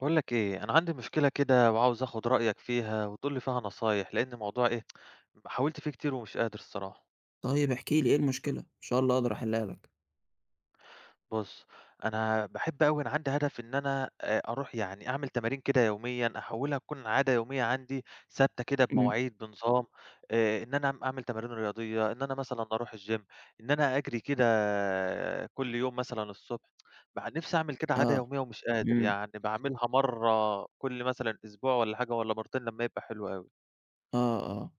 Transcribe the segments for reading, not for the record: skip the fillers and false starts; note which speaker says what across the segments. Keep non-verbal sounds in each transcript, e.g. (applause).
Speaker 1: باقول لك إيه، أنا عندي مشكلة كده وعاوز آخُد رأيك فيها وتقول لي فيها نصايح، لإن الموضوع إيه، حاولت فيه كتير ومش قادر الصراحة.
Speaker 2: طيب احكِ لي إيه المشكلة؟ إن شاء الله أقدر أحلّها لك.
Speaker 1: بُص، أنا باحب أوي أنا عندي هدف إن أنا أروح يعني أعمل تمارين كده يوميًا، أحوّلها تكون عادة يومية عندي ثابتة كده
Speaker 2: إمم.
Speaker 1: بمواعيد، بنظام، إن أنا أعمل تمارين رياضية، إن أنا مثلًا أروح الgym، إن أنا أجري كده آه، كل يوم مثلًا الصبح. نِفْسي أعمل كده عادة
Speaker 2: آه.
Speaker 1: يومية ومش قادر،
Speaker 2: إمم.
Speaker 1: يعني باعملها مرّة كل مثلًا أسبوع والّا حاجة والّا مرّتين لمّا يبقى حلو أوي.
Speaker 2: آه، آه.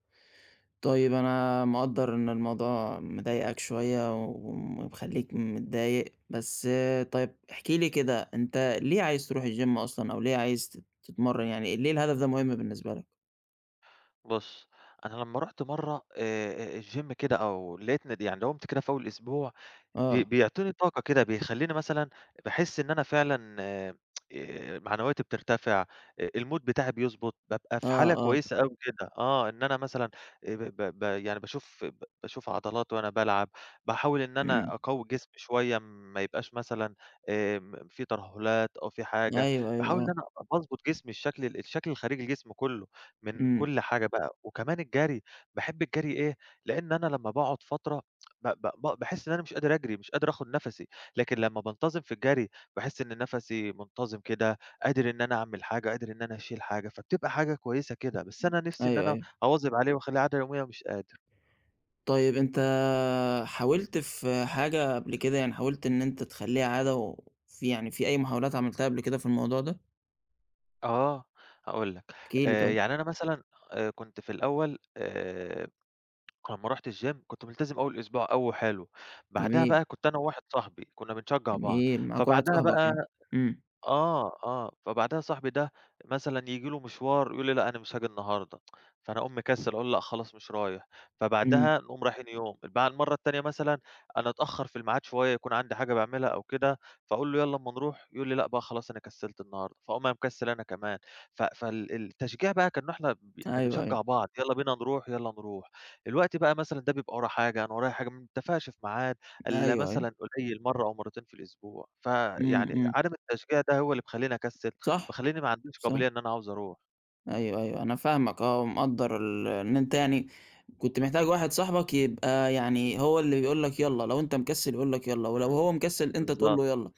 Speaker 2: طيب أنا مقدّر إن الموضوع مضايقك شوية ومخلّيك متضايق، بس طيب احكِ لي كده أنت ليه عايز تروح الgym أصلًا أو ليه عايز تتمرّن، يعني ليه الهدف ده مهم بالنسبة لك؟
Speaker 1: بُص، أنا لمّا رُحت مرّة الgym كده أو لقيت ند يعني داومت كده في أول أسبوع بي
Speaker 2: آه.
Speaker 1: بيعطيني طاقة كده، بيخلّيني مثلًا باحس إن أنا فعلًا معنوياتي بترتفع، الmood بتاعي بيضبط، بابقى في
Speaker 2: آه،
Speaker 1: حالة
Speaker 2: آه.
Speaker 1: كويسة أوي كده آه، إن أنا مثلًا ب ب ب يعني باشوف عضلات وأنا بالعب، باحاول إن أنا
Speaker 2: إمم.
Speaker 1: أقوّي جسمي شوية ما يبقاش مثلًا في ترهلات أو في حاجة،
Speaker 2: أيوه، أيوه،
Speaker 1: باحاول إن
Speaker 2: آه.
Speaker 1: أنا باضبط جسمي الشكل الخارجي لجسمي كُلّه. من
Speaker 2: إمم.
Speaker 1: كل حاجة بقى، وكمان الجري، باحب الجري إيه، لإن أنا لمّا باقعد فترة ب ب ب باحس إن أنا مش قادر أجري، مش قادر آخد نَفَسي، لكن لمّا بانتظم في الجري، باحس إن نَفَسي منتظم كده، قادر إن أنا أعمل حاجة، قادر إن أنا أشيل حاجة، فبتبقى حاجة كويسة كده، بس أنا نِفْسي إن
Speaker 2: أيوه،
Speaker 1: أنا
Speaker 2: أيوه.
Speaker 1: أواظب عليه وأخلّيه عادة يومية ومش قادر.
Speaker 2: طيب أنت حاولت في حاجة قبل كده، يعني حاولت إن أنت تخلّيها عادة يعني في أي محاولات عملتها قبل كده في الموضوع ده؟
Speaker 1: آه، هاقول لك،
Speaker 2: احكِ لي طيب.
Speaker 1: يعني أنا مثلًا كنت في الأول لمّا رُحت الgym كنت ملتزم أول أسبوع أوي وحلو، بعدها
Speaker 2: جميل،
Speaker 1: بقى كنت أنا وواحد صاحبي، كُنّا بنشجّع بعض،
Speaker 2: جميل، معاك واحد
Speaker 1: فبعدها
Speaker 2: صاحبك يعني.
Speaker 1: بقى
Speaker 2: إمم،
Speaker 1: فبعدها صاحبي ده مثلًا ييجي له مشوار يقول لي: "لأ، أنا مش هاجي النهارده." فأنا أقوم مكسل أقول له: "لأ، خلاص مش رايح."
Speaker 2: إمم،
Speaker 1: فبعدها نقوم رايحين يوم، المرة التانية مثلًا أنا أتأخر في الميعاد شوية يكون عندي حاجة باعملها أو كده، فأقول له: "يالّا أمّا نروح." يقول لي: "لأ بقى خلاص أنا كسلت النهارده." فاقوم أنا مكسل أنا كمان، فال التشجيع بقى كأنه إحنا
Speaker 2: أيوه، أيوه،
Speaker 1: بنشجع بعض، "يالّا بينا نروح، يالّا نروح." الوقت بقى مثلًا ده بيبقى وراه حاجة، أنا ورايا حاجة، ما بنتفقش في ميعاد،
Speaker 2: أيوه،
Speaker 1: إلا
Speaker 2: أيوه،
Speaker 1: مثلًا قليل مرّة أو مرّتين في الأسبوع،
Speaker 2: إمم،
Speaker 1: فيعني
Speaker 2: إمم،
Speaker 1: عدم التشجيع ده هو اللي مخلّيني أكسّل،
Speaker 2: صح،
Speaker 1: مخلّيني ما عنديش
Speaker 2: صح،
Speaker 1: قابلية إن أنا عاوز أروح.
Speaker 2: أيوه، أيوه، أنا فاهمك آه، ومقدّر إن أنت يعني كنت محتاج واحد صاحبك يبقى يعني هو اللي بيقول لك يالّا، لو أنت مكسّل يقول لك يالّا، ولو
Speaker 1: إمم،
Speaker 2: هو مكسّل أنت تقول
Speaker 1: بالضبط،
Speaker 2: له يالّا،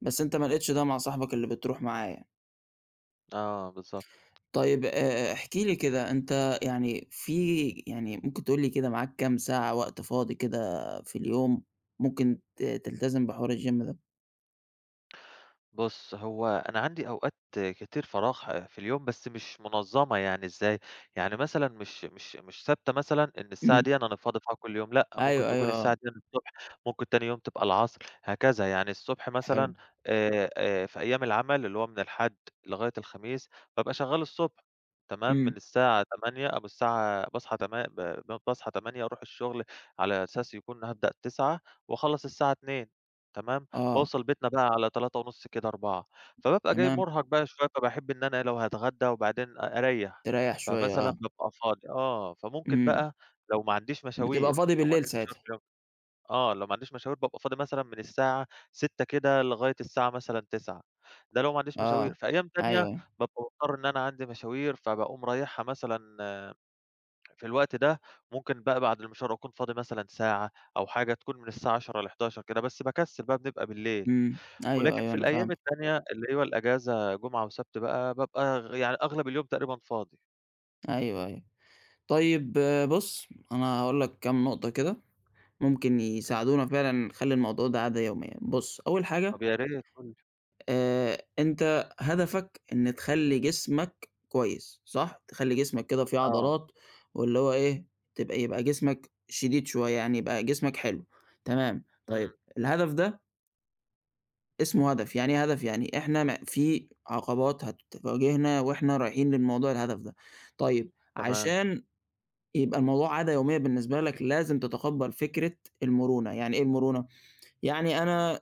Speaker 2: بس أنت ما
Speaker 1: إمم،
Speaker 2: لقيتش ده مع صاحبك اللي بتروح معاه يعني.
Speaker 1: آه، بالضبط.
Speaker 2: طيب احكِ لي كده، أنت يعني يعني ممكن تقول لي كده معاك كام ساعة وقت فاضي كده في اليوم ممكن تلتزم بحوار الgym ده؟
Speaker 1: بُص، هو أنا عندي أوقات كتير فراغ في اليوم، بس مش منظَّمة يعني إزاي؟ يعني مثلًا مش ثابتة مثلًا إن الساعة
Speaker 2: إمم.
Speaker 1: ديًّا أنا فاضي فيها كل يوم، لأ،
Speaker 2: (clears throat)
Speaker 1: ممكن
Speaker 2: أيوه،
Speaker 1: تكون
Speaker 2: أيوه آه،
Speaker 1: الساعة ديًّا الصبح، ممكن تاني يوم تبقى العصر، هكذا. يعني الصبح
Speaker 2: حلو.
Speaker 1: مثلًا في أيام العمل اللي هو من الحد لغاية الخميس، بابقى شغّال الصبح تمام،
Speaker 2: إمم.
Speaker 1: من الساعة 08:00 أو من الساعة باصحى تما ب ب باصحى 08:00 أروح الشغل على أساس يكون هابدأ 09:00 وأخلّص الساعة 14:00 تمام؟
Speaker 2: آه،
Speaker 1: باوصل بيتنا بقى على 15:30 كده 16:00 فبابقى جاي
Speaker 2: تمام.
Speaker 1: مرهق بقى شوية، فباحب إن أنا إيه لو هاتغدى وبعدين أريّح،
Speaker 2: تريّح شوية
Speaker 1: فمثلًا
Speaker 2: آه.
Speaker 1: بابقى فاضي آه، فممكن
Speaker 2: إمم.
Speaker 1: بقى لو ما عنديش
Speaker 2: بتبقى
Speaker 1: مشاوير
Speaker 2: فاضي
Speaker 1: لو ما
Speaker 2: بالليل
Speaker 1: عنديش
Speaker 2: ساعتها.
Speaker 1: مشاوير جم آه، لو ما عنديش مشاوير بابقى فاضي مثلًا من الساعة 18:00 كده لغاية الساعة مثلًا 21:00 ده لو ما عنديش
Speaker 2: آه.
Speaker 1: مشاوير، في أيام تانية
Speaker 2: أيوه.
Speaker 1: بابقى مضطر إن أنا عندي مشاوير، فباقوم رايحها مثلًا في الوقت ده، ممكن بقى بعد المشوار أكون فاضي مثلًا ساعة أو حاجة، تكون من الساعة 22:00 ل23:00 كده، بس باكسل بقى بنبقى بالليل.
Speaker 2: إمم. أيوه،
Speaker 1: ولكن
Speaker 2: أيوه
Speaker 1: في
Speaker 2: أنا
Speaker 1: الأيام
Speaker 2: فاهمك.
Speaker 1: التانية اللي هو الأجازة جمعة وسبت بقى، بابقى يعني أغلب اليوم تقريبًا فاضي.
Speaker 2: أيوه، أيوه. طيب آه، بُص، أنا هاقول لك كام نقطة كده ممكن
Speaker 1: إمم.
Speaker 2: يساعدونا فعلًا نخلّي الموضوع ده عادة يومية. بُص، أول حاجة،
Speaker 1: طب يا ريت قُل لي.
Speaker 2: أنت هدفك إن تخلّي جسمك كويس، صح؟ تخلّي جسمك كده فيه
Speaker 1: آه.
Speaker 2: عضلات واللي هو إيه، يبقى جسمك شديد شوية، يعني يبقى جسمك حلو، تمام.
Speaker 1: إمم.
Speaker 2: طيب الهدف ده اسمه هدف، يعني إيه هدف؟ يعني إحنا في عقبات هتواجهنا وإحنا رايحين للموضوع الهدف ده. طيب
Speaker 1: تمام.
Speaker 2: عشان يبقى الموضوع عادة يومية بالنسبة لك لازم تتقبّل فكرة المرونة، يعني إيه المرونة؟ يعني
Speaker 1: إمم.
Speaker 2: أنا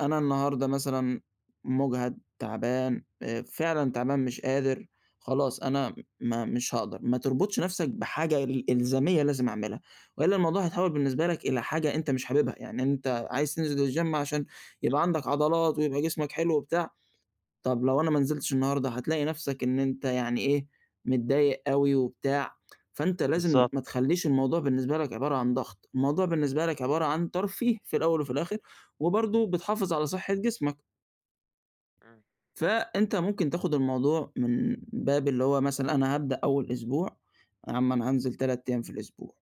Speaker 2: أنا النهارده مثلًا مُجهد، تعبان، فعلًا تعبان مش قادر، خلاص أنا ما مش هاقدر، ما تربطش نَفْسك بحاجة إلزامية لازم أعملها، وإلا الموضوع هيتحوّل بالنسبة لك إلى حاجة أنت مش حاببها، يعني أنت عايز تنزل الgym عشان يبقى عندك عضلات ويبقى جسمك حلو وبتاع، طب لو أنا ما نزلتش النهارده هتلاقي نفْسك إن أنت يعني إيه، متضايق أوي وبتاع، فأنت لازم
Speaker 1: بالضبط.
Speaker 2: ما تخلّيش الموضوع بالنسبة لك عبارة عن ضغط، الموضوع بالنسبة لك عبارة عن ترفيه في الأول وفي الآخر، وبرضه بتحافظ على صحة جسمك،
Speaker 1: إمم.
Speaker 2: فأنت ممكن تاخد الموضوع من باب اللي هو مثلًا أنا هابدأ أول أسبوع، يا عم أنا هانزل 3 أيام في الأسبوع.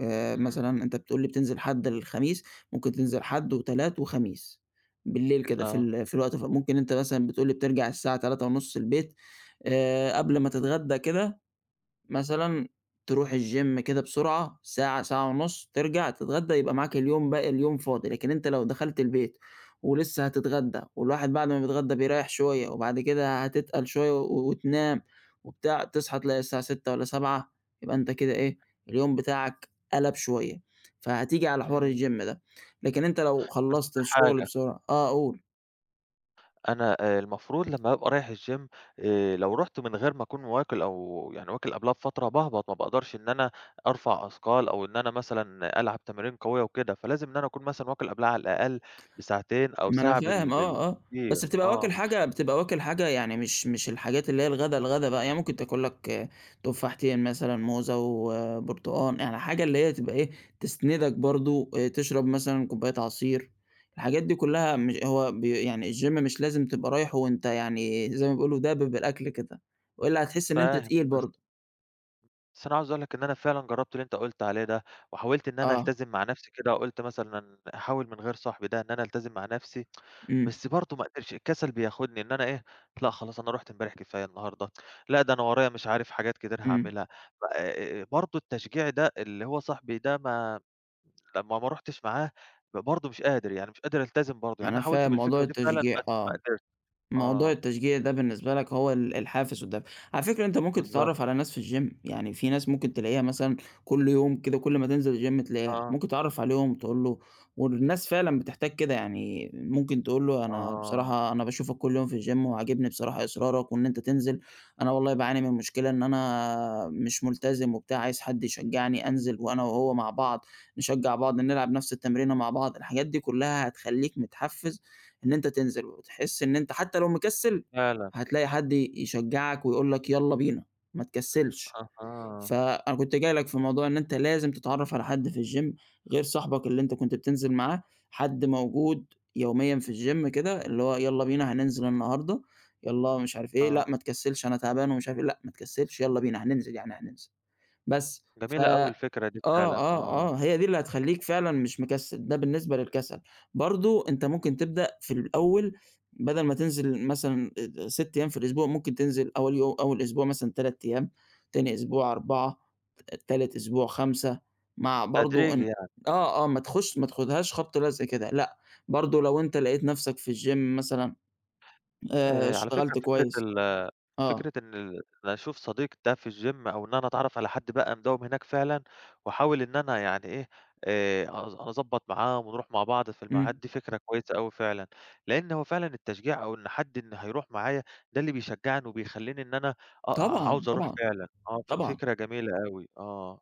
Speaker 1: إمم.
Speaker 2: مثلًا أنت بتقول لي بتنزل حد للخميس، ممكن تنزل حد وتلات وخميس، بالليل كده
Speaker 1: آه.
Speaker 2: في الوقت، ممكن أنت مثلًا بتقول لي بترجع الساعة 15:30 البيت، قبل
Speaker 1: إمم.
Speaker 2: ما تتغدى كده مثلًا تروح الgym كده بسرعة ساعة، ساعة ونُص، ترجع تتغدى يبقى معاك باقي اليوم فاضي، لكن أنت لو دخلت البيت ولسه هتتغدى والواحد بعد ما بيتغدى بيريّح شوية وبعد كده هتتقل شوية و وتنام وبتاع، تصحى تلاقي الساعة 18:00 والّا 19:00 يبقى أنت كده إيه، اليوم بتاعك قلب شوية، فهتيجي على حوار
Speaker 1: إمم.
Speaker 2: الgym ده. لكن أنت لو
Speaker 1: بس
Speaker 2: خلّصت
Speaker 1: في
Speaker 2: الشغل
Speaker 1: حاجة،
Speaker 2: بسرعة آه قُل.
Speaker 1: أنا المفروض لمّا بابقى رايح الgym لو رُحت من غير ما أكون واكل أو يعني واكل قبلها بفترة باهبط، ما باقدرش إن أنا أرفع أثقال أو إن أنا مثلًا ألعب تمارين قوية وكده، فلازم إن أنا أكون مثلًا واكل قبلها على الأقل بساعتين أو
Speaker 2: ما أنا
Speaker 1: ساعة بال
Speaker 2: فاهم آه، آه،
Speaker 1: بالكتير.
Speaker 2: بس بتبقى واكل
Speaker 1: آه.
Speaker 2: حاجة بتبقى واكل حاجة يعني مش الحاجات اللي هي الغدا، الغدا بقى، يعني ممكن تاكل لك آه، تفاحتين مثلًا، موزة وبرتقان، يعني حاجة اللي هي تبقى إيه، تسندك برضه، تشرب مثلًا كوباية عصير، الحاجات دي كلها مش هو يعني الgym مش لازم تبقى رايحه وأنت يعني زي ما بيقولوا دابب بالأكل كده، وإلا هتحس إن أنت
Speaker 1: فاهم.
Speaker 2: تقيل
Speaker 1: بس
Speaker 2: برضه،
Speaker 1: بس أنا عاوز أقول لك إن أنا فعلًا جرّبت اللي أنت قُلت عليه ده، وحاولت إن أنا
Speaker 2: آه،
Speaker 1: ألتزم مع نفسي كده، قُلت مثلًا أحاول من غير صاحبي ده إن أنا ألتزم مع نفسي،
Speaker 2: إمم،
Speaker 1: بس برضه ما قدرتش، الكسل بياخدني إن أنا إيه، لأ خلاص أنا رُحت امبارح كفاية النهارده، لأ ده أنا ورايا مش عارف حاجات كتير
Speaker 2: إمم،
Speaker 1: هاعملها، برضه التشجيع ده اللي هو صاحبي ده ما لمّا ما رُحتش معاه برضه مش قادر، يعني مش قادر ألتزم برضه، يعني أنا
Speaker 2: أنا
Speaker 1: حاولت
Speaker 2: فاهم موضوع
Speaker 1: بالفكرة دي فعلًا
Speaker 2: التشجيع،
Speaker 1: بس ما
Speaker 2: آه.
Speaker 1: قدرتش،
Speaker 2: موضوع
Speaker 1: آه،
Speaker 2: التشجيع ده بالنسبة لك هو الحافز والدافع. على فكرة أنت ممكن
Speaker 1: بالضبط،
Speaker 2: تتعرّف على ناس في الgym، يعني في ناس ممكن تلاقيها مثلًا كل يوم كده كل ما تنزل الgym تلاقيها،
Speaker 1: آه،
Speaker 2: ممكن تتعرّف عليهم تقول له، والناس فعلًا بتحتاج كده، يعني ممكن تقول له أنا
Speaker 1: آه،
Speaker 2: بصراحة أنا باشوفك كل يوم في الgym وعاجبني بصراحة إصرارك وإن أنت تنزل، أنا والله باعاني من مشكلة إن أنا مش ملتزم وبتاع، عايز حد يشجعني أنزل وأنا وهو مع بعض، نشجّع بعض، نلعب نفس التمرينة مع بعض، الحاجات دي كلها هتخلّيك متحفّز إن أنت تنزل، وتحس إن أنت حتى لو مكسّل
Speaker 1: فعلًا،
Speaker 2: هتلاقي حد يشجّعك ويقول لك يالّا بينا، ما تكسّلش.
Speaker 1: أها،
Speaker 2: فأنا كنت جاي لك في موضوع إن أنت لازم تتعرّف على حد في الgym غير صاحبك اللي أنت كنت بتنزل معاه، حد موجود يوميًا في الgym كده اللي هو يالّا بينا هننزل النهارده، يالّا مش عارف إيه،
Speaker 1: آه.
Speaker 2: لأ ما تكسّلش أنا تعبان ومش عارف إيه، لأ ما تكسّلش يالّا بينا هننزل يعني هننزل. بس ف
Speaker 1: جميلة أوي الفكرة دي
Speaker 2: آه،
Speaker 1: فعلًا
Speaker 2: آه،
Speaker 1: آه،
Speaker 2: آه، هي دي اللي هتخلّيك فعلًا مش مكسّل، ده بالنسبة للكسل. برضه أنت ممكن تبدأ في الأول بدل ما تنزل مثلًا 6 أيام في الأسبوع، ممكن تنزل أول أسبوع مثلًا 3 أيام، تاني أسبوع 4، تالت أسبوع 5، مع برضه
Speaker 1: تدريجي
Speaker 2: إن
Speaker 1: يعني.
Speaker 2: آه، آه، ما تاخدهاش خبط لزق كده، لأ، برضه لو أنت لقيت نَفْسك في الgym مثلًا
Speaker 1: آآ على فكرة
Speaker 2: اشتغلت
Speaker 1: فكرة
Speaker 2: كويس
Speaker 1: ال
Speaker 2: آه،
Speaker 1: فكرة إن ال أنا أشوف صديق ده في الgym أو إن أنا أتعرف على حد بقى مداوم هناك فعلًا وأحاول إن أنا يعني إيه، أز أضبّط معاه ونروح مع بعض في
Speaker 2: إمم،
Speaker 1: الميعاد دي فكرة كويسة أوي فعلًا، لإن هو فعلًا التشجيع أو إن حد إن هيروح معايا ده اللي بيشجعني وبيخلّيني إن أنا
Speaker 2: طبعًا،
Speaker 1: عاوز أروح
Speaker 2: طبعًا،
Speaker 1: فعلًا، آه
Speaker 2: طبعًا.
Speaker 1: فكرة جميلة أوي، آه.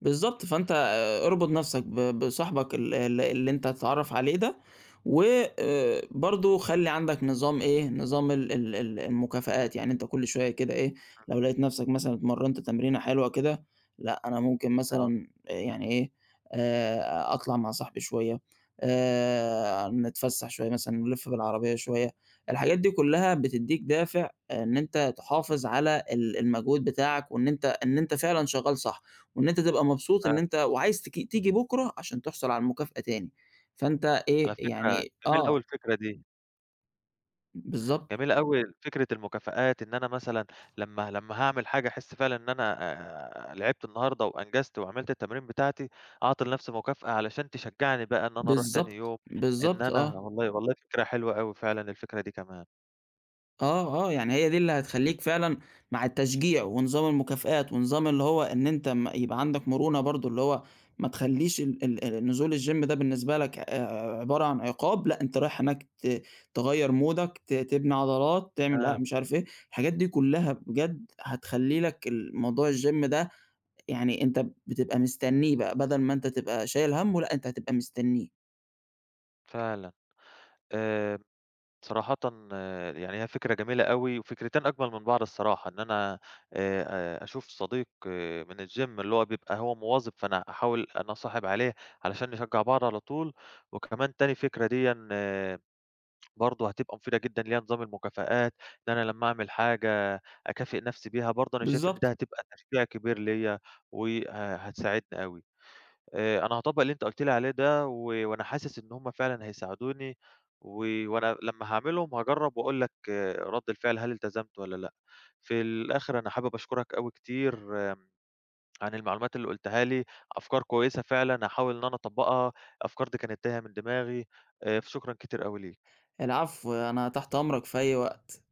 Speaker 2: بالضبط، فأنت اربُط نَفْسك بصاحبك ال ال اللي أنت هتتعرّف عليه ده، و
Speaker 1: إمم،
Speaker 2: برضه خلّي عندك نظام إيه، نظام ال ال ال المكافآت، يعني أنت كل شوية كده إيه،
Speaker 1: إمم،
Speaker 2: لو لقيت نَفْسك مثلًا اتمرّنت تمرينة حلوة كده، لأ أنا ممكن
Speaker 1: آه
Speaker 2: مثلًا آه، يعني إيه، أطلع مع صاحبي شوية، نتفسّح شوية مثلًا، نلِّف بالعربية شوية، الحاجات دي كُلّها بتدّيك دافع آه، إن أنت تحافظ على المجهود بتاعك، وإن أنت فعلًا شغّال صح. وإن أنت تبقى مبسوط إن
Speaker 1: فعلًا،
Speaker 2: أنت وعايز تيجي بُكرة عشان تحصل على المكافأة تاني، فأنت
Speaker 1: على
Speaker 2: إيه،
Speaker 1: فكرة
Speaker 2: يعني
Speaker 1: جميلة
Speaker 2: آه،
Speaker 1: أوي الفكرة دي.
Speaker 2: بالضبط،
Speaker 1: جميلة أوي فكرة المكافآت، إن أنا مثلًا لمّا هاعمل حاجة أحس فعلًا إن أنا لعبت النهارده وأنجزت وعملت التمرين بتاعتي، أعطي لنفسي مكافأة علشان تشجعني بقى إن أنا أروح تاني
Speaker 2: بالضبط،
Speaker 1: يوم، إن
Speaker 2: بالضبط
Speaker 1: أنا
Speaker 2: آه،
Speaker 1: والله فكرة حلوة أوي فعلًا الفكرة دي كمان.
Speaker 2: آه، آه، يعني هي دي اللي هتخلّيك فعلًا مع التشجيع ونظام المكافآت ونظام اللي هو إن أنت ما يبقى عندك مرونة برضه، اللي هو ما تخلّيش ال ال ال نزول الgym ده بالنسبة لك عبارة عن عقاب، لأ أنت رايح هناك تغيّر مودك، تبني عضلات، تعمل لأ
Speaker 1: آه،
Speaker 2: مش عارف إيه، الحاجات دي كلّها بجد هتخلّي لك موضوع الgym ده، يعني أنت بتبقى مستنّيه بقى، بدل ما أنت تبقى شايل هَمّه لأ، أنت هتبقى مستنّيه.
Speaker 1: فعلًا. آآ صراحةً آه، يعني هي فكرة جميلة أوي، وفكرتين أجمل من بعض الصراحة، إن أنا أشوف صديق آه، من الgym اللي هو بيبقى هو مواظب، فأنا أحاول أنا أصاحب عليه علشان نشجّع بعض على طول، وكمان تاني فكرة ديًا برضه هتبقى مفيدة جدًا، اللي هي نظام المكافآت، إن أنا لمّا أعمل حاجة أكافئ نفسي بيها برضه، أنا شايف إن ده
Speaker 2: بالضبط.
Speaker 1: هتبقى تشجيع كبير ليّا، وه هتساعدني أوي. أنا هاطبّق اللي أنت قُلت لي عليه ده وأنا حاسس إن هم فعلًا هيساعدوني و وأنا لمّا هاعملهم هاجرّب وأقول لك آه، رَد الفعل هل التزمت والّا لأ. في الآخر أنا حابب أشكرك أوي كتير عن المعلومات اللي قُلتها لي، أفكار كويسة فعلًا هاحاول إن أنا أطبّقها، الأفكار دي كانت تايهة من دماغي، فشكرًا كتير أوي ليك.
Speaker 2: العفو، أنا تحت أمرك في أي وقت.